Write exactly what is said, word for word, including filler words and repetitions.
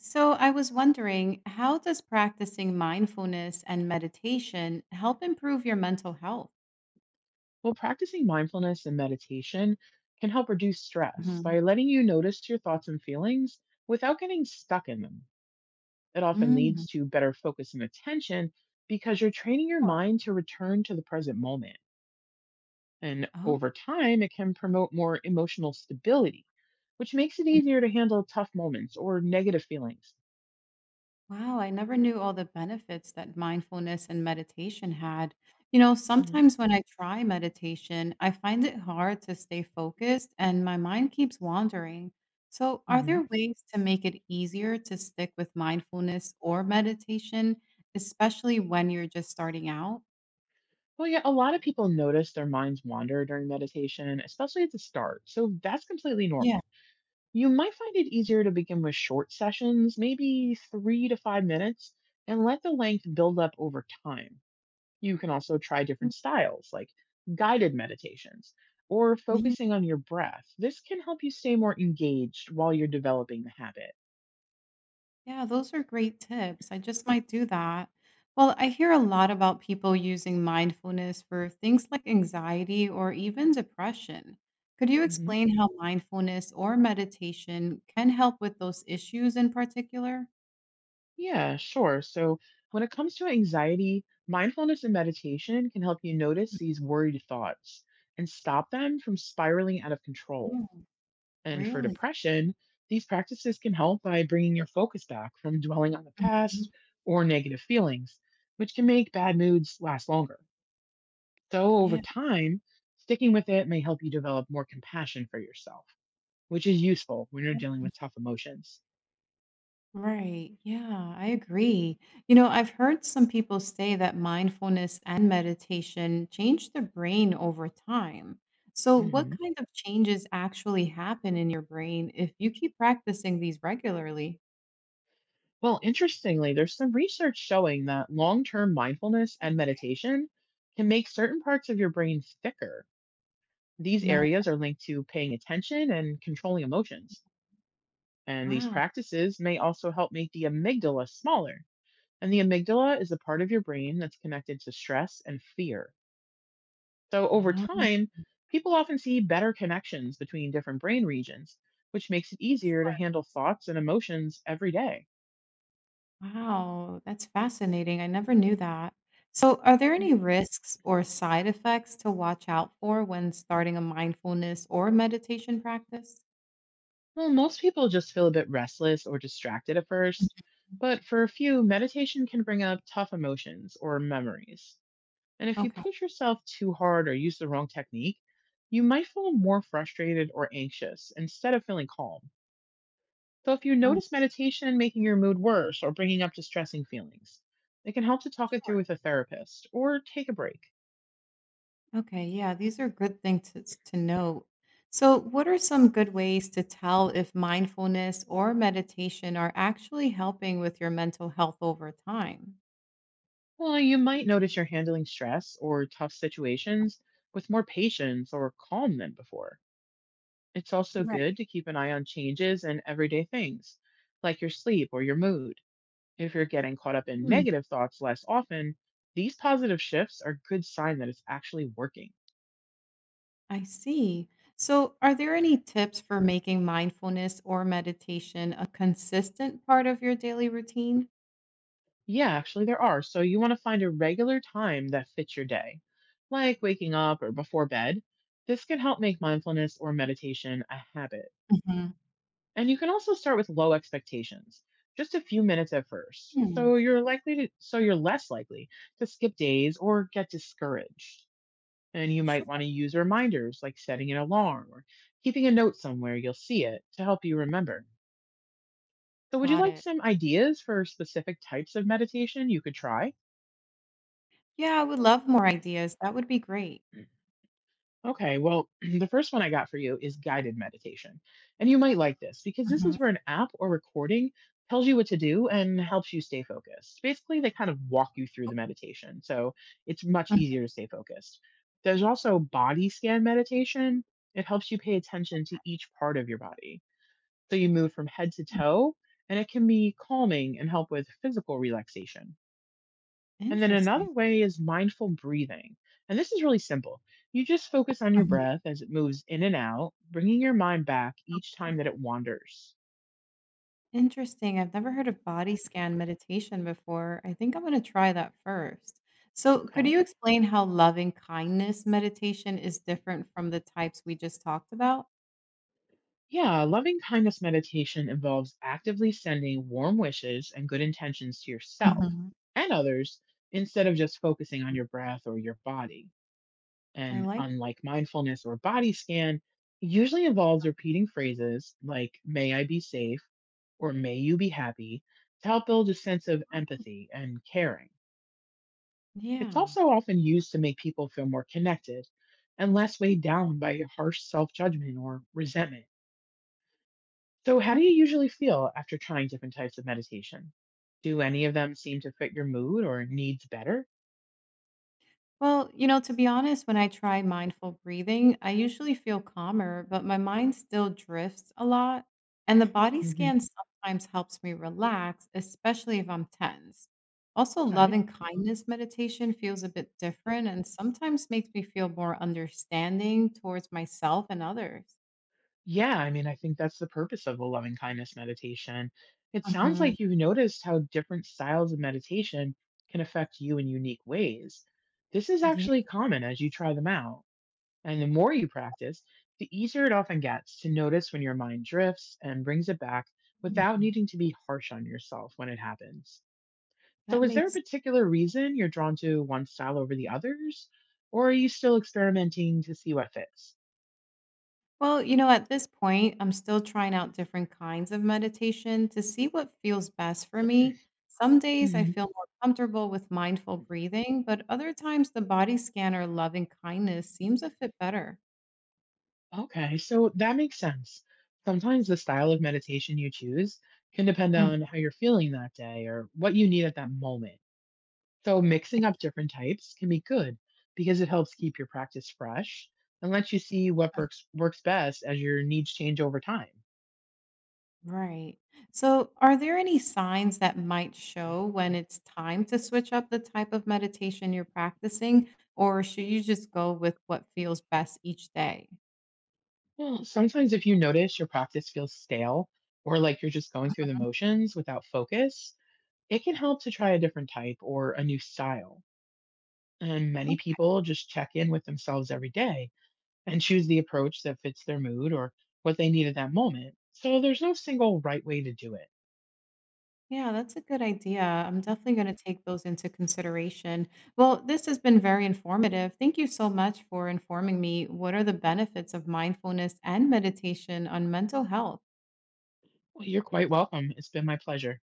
So, I was wondering, how does practicing mindfulness and meditation help improve your mental health? Well, practicing mindfulness and meditation can help reduce stress Mhm. by letting you notice your thoughts and feelings without getting stuck in them. It often Mm, leads to better focus and attention because you're training your sure. mind to return to the present moment. And Oh, over time, it can promote more emotional stability, which makes it easier to handle tough moments or negative feelings. wow. I never knew all the benefits that mindfulness and meditation had. You know, sometimes when I try meditation, I find it hard to stay focused and my mind keeps wandering. So, are Hmm. there ways to make it easier to stick with mindfulness or meditation, especially when you're just starting out? Well, yeah, a lot of people notice their minds wander during meditation, especially at the start. So that's completely Yeah. normal. You might find it easier to begin with short sessions, maybe three to five minutes, and let the length build up over time. You can also try Mm, different styles, like guided meditations or Me focusing on your breath. This can help you stay more engaged while you're developing the habit. Yeah, those are great tips. I just might do that. Well, I hear a lot about people using mindfulness for things like anxiety or even depression. Could you explain how mindfulness or meditation can help with those issues in particular? Yeah, sure. So, when it comes to anxiety, mindfulness and meditation can help you notice these worried thoughts and stop them from spiraling out of control. Oh, And for really? depression, these practices can help by bringing your focus back from dwelling on the Mhm. past or negative feelings, which can make bad moods last longer. So, over Yeah. time, sticking with it may help you develop more compassion for yourself, which is useful when you're dealing with tough emotions. Right. Yeah, I agree. You know, I've heard some people say that mindfulness and meditation change the brain over time. So, what Mhm. kind of changes actually happen in your brain if you keep practicing these regularly? Well, interestingly, there's some research showing that long term mindfulness and meditation can make certain parts of your brain thicker. These No. areas are linked to paying attention and controlling emotions. And these Wow. practices may also help make the amygdala smaller. And the amygdala is a part of your brain that's connected to stress and fear. So over Um, time, people often see better connections between different brain regions, which makes it easier to sure. handle thoughts and emotions every day. Wow. That's fascinating. I never knew that. So, are there any risks or side effects to watch out for when starting a mindfulness or meditation practice? Well, most people just feel a bit restless or distracted at first, Mhm. but for a few, meditation can bring up tough emotions or memories. And if you Okay. push yourself too hard or use the wrong technique, you might feel more frustrated or anxious instead of feeling calm. So if you Oh, notice meditation making your mood worse or bringing up distressing feelings, it can help to talk it sure. through with a therapist or take a break. Okay, yeah, these are good things to, to know. So, what are some good ways to tell if mindfulness or meditation are actually helping with your mental health over time? Well, you might notice you're handling stress or tough situations with more patience or calm than before. It's also good Right. to keep an eye on changes in everyday things, like your sleep or your mood. If you're getting caught up in Hmm, negative thoughts less often, these positive shifts are a good sign that it's actually working. I see. So, are there any tips for making mindfulness or meditation a consistent part of your daily routine? Yeah, actually, there are. So you want to find a regular time that fits your day, like waking up or before bed. This can help make mindfulness or meditation a habit. Mhm. And you can also start with low expectations, just a few minutes at first. Hmm, So you're likely to, so you're less likely to skip days or get discouraged. And you sure, might want to use reminders like setting an alarm or keeping a note somewhere you'll see it to help you remember. So, would you got like it. some ideas for specific types of meditation you could try? Yeah, I would love more ideas. That would be great. Okay, well, the first one I got for you is guided meditation. And you might like this because this Mhm. is where an app or recording tells you what to do and helps you stay focused. Basically, they kind of walk you through the meditation. So, it's much easier to stay focused. There's also body scan meditation. It helps you pay attention to each part of your body. So you move from head to Mhm. toe, and it can be calming and help with physical relaxation. And then Interesting. another way is mindful breathing. And this is really simple. You just focus on your Mhm. breath as it moves in and out, bringing your mind back each time that it wanders. Interesting. I've never heard of body scan meditation before. I think I'm going to try that first. So, could Okay. you explain how loving kindness meditation is different from the types we just talked about? Yeah, loving kindness meditation involves actively sending warm wishes and good intentions to yourself Mhm. and others instead of just focusing on your breath or your body. I And like unlike mindfulness or body scan, it usually involves repeating phrases like, "May I be safe" or "May you be happy" to help build a sense of empathy and caring. It's Yeah. also often used to make people feel more connected and less weighed down by harsh self judgment or resentment. So, how do Okay. you usually feel after trying different types of meditation? Do any of them seem to fit your mood or needs better? Well, you know, to be honest, when I try mindful breathing, I usually feel calmer, but my mind still drifts a lot. And the Mhm. body Mhm. scan sometimes helps me relax, especially if I'm tense. Also, love Okay. and kindness meditation feels a bit different and sometimes makes me feel more understanding towards myself and others. Yeah, I mean, I think that's the purpose of a loving kindness meditation. It sounds Mhm. like you've noticed how different styles of meditation can affect you in unique ways. This is Yeah, actually common as you try them out. And the more you practice, the easier it often gets to notice when your mind drifts and brings it back without needing to be harsh on yourself when it happens. that So, is there a makes particular reason you're drawn to one style over the others? Or are you still experimenting to see what fits? Well, you know, at this point, I'm still trying out different kinds of meditation to see what feels best for me. Some days I feel more comfortable with mindful breathing, but other times the body scanner loving kindness seems a fit better. Okay, so that makes sense. Sometimes the style of meditation you choose can depend Mhm. on how you're feeling that day or what you need at that moment. So, mixing up different types can be good because it helps keep your practice fresh and lets you see what works, works best as your needs change over time. Right. So, are there any signs that might show when it's time to switch up the type of meditation you're practicing, or should you just go with what feels best each day? Well, sometimes if you notice your practice feels stale or like you're just going through the motions without focus, it can help to try a different type or a new style. And many people just check in with themselves every day and choose the approach that fits their mood or what they need at that moment. So there's no single right way to do it. Yeah, that's a good idea. I'm definitely going to take those into consideration. Well, this has been very informative. Thank you so much for informing me what are the benefits of mindfulness and meditation on mental health. Well, you're quite welcome. It's been my pleasure.